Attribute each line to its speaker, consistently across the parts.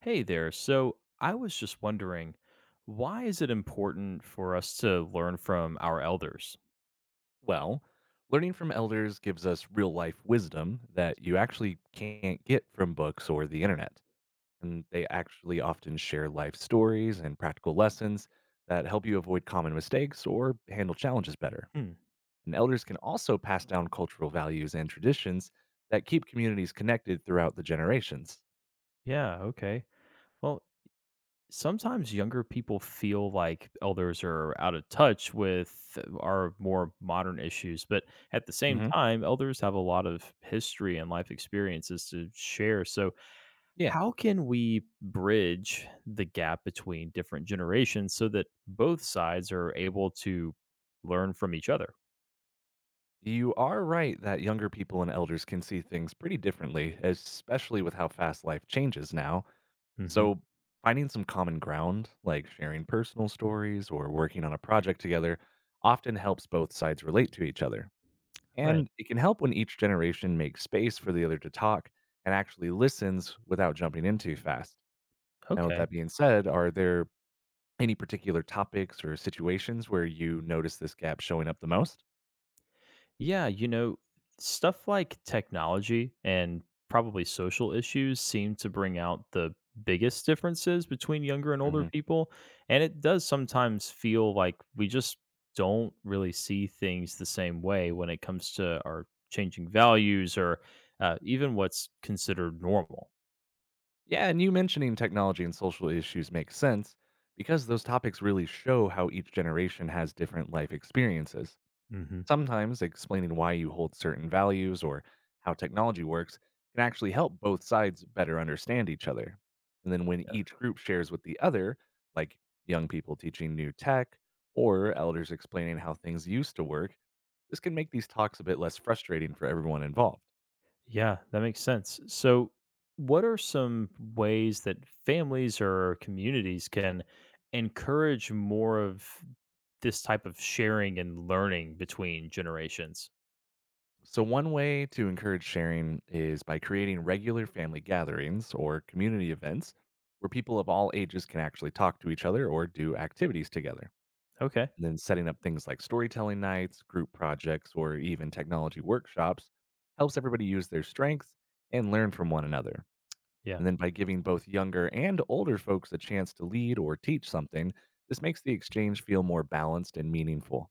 Speaker 1: Hey there. So I was just wondering, why is it important for us to learn from our elders?
Speaker 2: Well, learning from elders gives us real life wisdom that you actually can't get from books or the internet. And they actually often share life stories and practical lessons that help you avoid common mistakes or handle challenges better.
Speaker 1: Hmm.
Speaker 2: And elders can also pass down cultural values and traditions that keep communities connected throughout the generations.
Speaker 1: Yeah. Okay. Well, sometimes younger people feel like elders are out of touch with our more modern issues, but at the same
Speaker 2: Hmm.
Speaker 1: time, elders have a lot of history and life experiences to share. So,
Speaker 2: Yeah,
Speaker 1: how can we bridge the gap between different generations so that both sides are able to learn from each other?
Speaker 2: you are right that younger people and elders can see things pretty differently, especially with how fast life changes now. So, finding some common ground, like sharing personal stories or working on a project together, often helps both sides relate to each other.
Speaker 1: Right.
Speaker 2: And it can help when each generation makes space for the other to talk and actually listens without jumping in too fast. Now, with
Speaker 1: Okay.
Speaker 2: that being said, are there any particular topics or situations where you notice this gap showing up the most?
Speaker 1: Yeah. Stuff like technology and probably social issues seem to bring out the biggest differences between younger and older
Speaker 2: Hmm.
Speaker 1: people. And it does sometimes feel like we just don't really see things the same way when it comes to our changing values or even what's considered normal.
Speaker 2: Yeah, and you mentioning technology and social issues makes sense because those topics really show how each generation has different life experiences.
Speaker 1: Mm-hmm.
Speaker 2: Sometimes explaining why you hold certain values or how technology works can actually help both sides better understand each other. And then when each group shares with the other, like young people teaching new tech or elders explaining how things used to work, this can make these talks a bit less frustrating for everyone involved.
Speaker 1: Yeah, that makes sense. So, what are some ways that families or communities can encourage more of this type of sharing and learning between generations?
Speaker 2: So, one way to encourage sharing is by creating regular family gatherings or community events where people of all ages can actually talk to each other or do activities together.
Speaker 1: Okay.
Speaker 2: And then setting up things like storytelling nights, group projects, or even technology workshops helps everybody use their strengths and learn from one another.
Speaker 1: Yeah.
Speaker 2: And then by giving both younger and older folks a chance to lead or teach something, this makes the exchange feel more balanced and meaningful.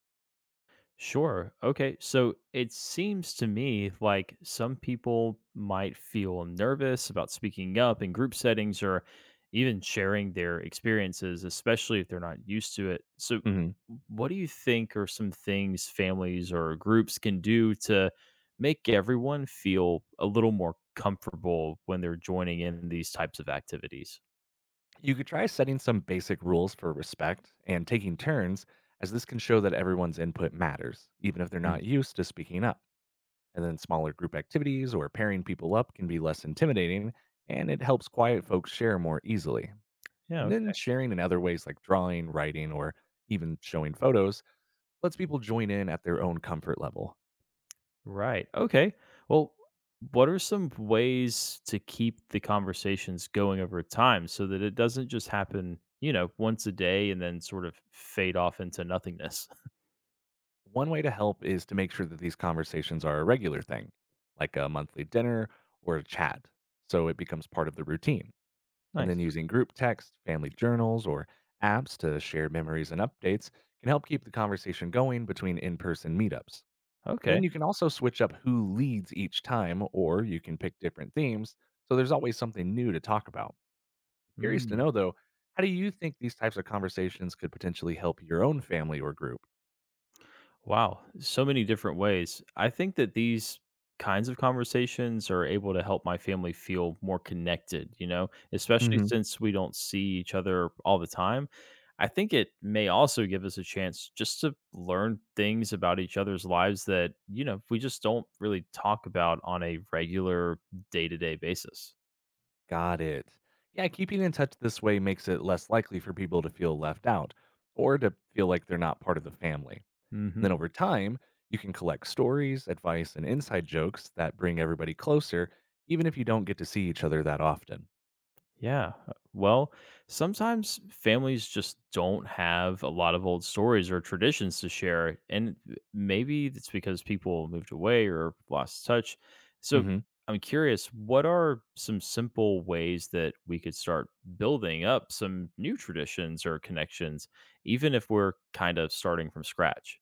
Speaker 1: Sure. Okay. So it seems to me like some people might feel nervous about speaking up in group settings or even sharing their experiences, especially if they're not used to it. So,
Speaker 2: Mhm.
Speaker 1: what do you think are some things families or groups can do to make everyone feel a little more comfortable when they're joining in these types of activities?
Speaker 2: You could try setting some basic rules for respect and taking turns, as this can show that everyone's input matters, even if they're
Speaker 1: Mm.
Speaker 2: not used to speaking up. And then smaller group activities or pairing people up can be less intimidating, and it helps quiet folks share more easily.
Speaker 1: Yeah.
Speaker 2: And then sharing in other ways like drawing, writing, or even showing photos lets people join in at their own comfort level.
Speaker 1: Right. Okay. Well, what are some ways to keep the conversations going over time so that it doesn't just happen once a day and then sort of fade off into nothingness?
Speaker 2: One way to help is to make sure that these conversations are a regular thing, like a monthly dinner or a chat, so it becomes part of the routine. And then
Speaker 1: nice.
Speaker 2: using group text, family journals, or apps to share memories and updates can help keep the conversation going between in person meetups.
Speaker 1: Okay.
Speaker 2: Then you can also switch up who leads each time, or you can pick different themes. So there's always something new to talk about. Curious to
Speaker 1: Hmm.
Speaker 2: know though, how do you think these types of conversations could potentially help your own family or group?
Speaker 1: Wow, so many different ways. I think that these kinds of conversations are able to help my family feel more connected, especially
Speaker 2: Hmm.
Speaker 1: since we don't see each other all the time. I think it may also give us a chance just to learn things about each other's lives that we just don't really talk about on a regular day to day basis.
Speaker 2: Got it. Yeah, keeping in touch this way makes it less likely for people to feel left out or to feel like they're not part of the family. And then
Speaker 1: Hmm.
Speaker 2: over time, you can collect stories, advice, and inside jokes that bring everybody closer, even if you don't get to see each other that often.
Speaker 1: Yeah. Well, sometimes families just don't have a lot of old stories or traditions to share. And maybe it's because people moved away or lost touch. So
Speaker 2: Hmm.
Speaker 1: I'm curious, what are some simple ways that we could start building up some new traditions or connections, even if we're kind of starting from scratch?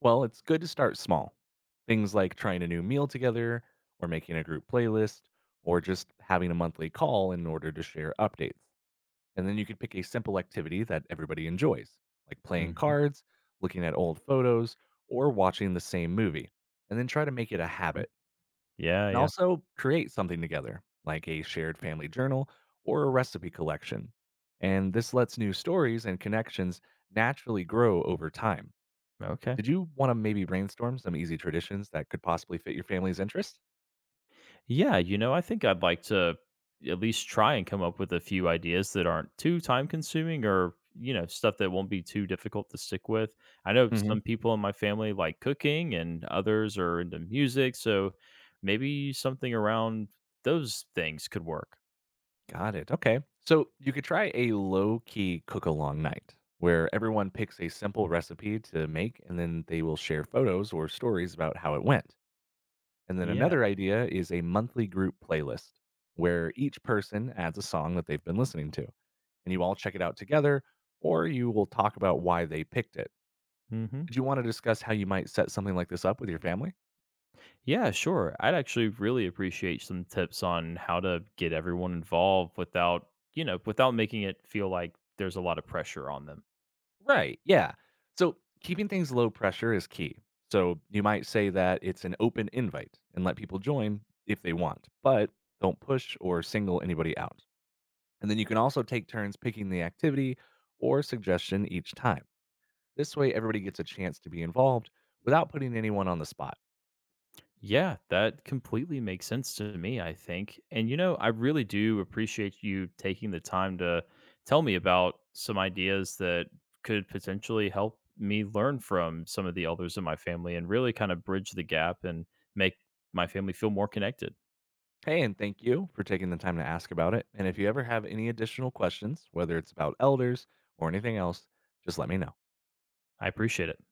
Speaker 2: Well, it's good to start small. Things like trying a new meal together, or making a group playlist, or just having a monthly call in order to share updates. And then you could pick a simple activity that everybody enjoys, like playing
Speaker 1: Hmm.
Speaker 2: cards, looking at old photos, or watching the same movie. And then try to make it a habit.
Speaker 1: Yeah.
Speaker 2: And
Speaker 1: Yeah.
Speaker 2: also create something together, like a shared family journal or a recipe collection. And this lets new stories and connections naturally grow over time.
Speaker 1: Okay.
Speaker 2: Did you wanna maybe brainstorm some easy traditions that could possibly fit your family's interest?
Speaker 1: Yeah, you know, I think I'd like to at least try and come up with a few ideas that aren't too time consuming or stuff that won't be too difficult to stick with. I know
Speaker 2: Mhm.
Speaker 1: some people in my family like cooking and others are into music. So maybe something around those things could work.
Speaker 2: Got it, okay. So you could try a low-key cook-along night where everyone picks a simple recipe to make and then they will share photos or stories about how it went. And then
Speaker 1: Yeah.
Speaker 2: another idea is a monthly group playlist where each person adds a song that they've been listening to and you all check it out together, or you will talk about why they picked it.
Speaker 1: Hmm.
Speaker 2: Did you wanna discuss how you might set something like this up with your family?
Speaker 1: Yeah, sure. I'd actually really appreciate some tips on how to get everyone involved without, you know, without making it feel like there's a lot of pressure on them.
Speaker 2: Right. Yeah. So keeping things low pressure is key. So you might say that it's an open invite and let people join if they want, but don't push or single anybody out. And then you can also take turns picking the activity or suggestion each time. This way, everybody gets a chance to be involved without putting anyone on the spot.
Speaker 1: Yeah, that completely makes sense to me, I think. And you know, I really do appreciate you taking the time to tell me about some ideas that could potentially help me learn from some of the elders in my family and really kind of bridge the gap and make my family feel more connected.
Speaker 2: Hey, and thank you for taking the time to ask about it. And if you ever have any additional questions, whether it's about elders or anything else, just let me know.
Speaker 1: I appreciate it.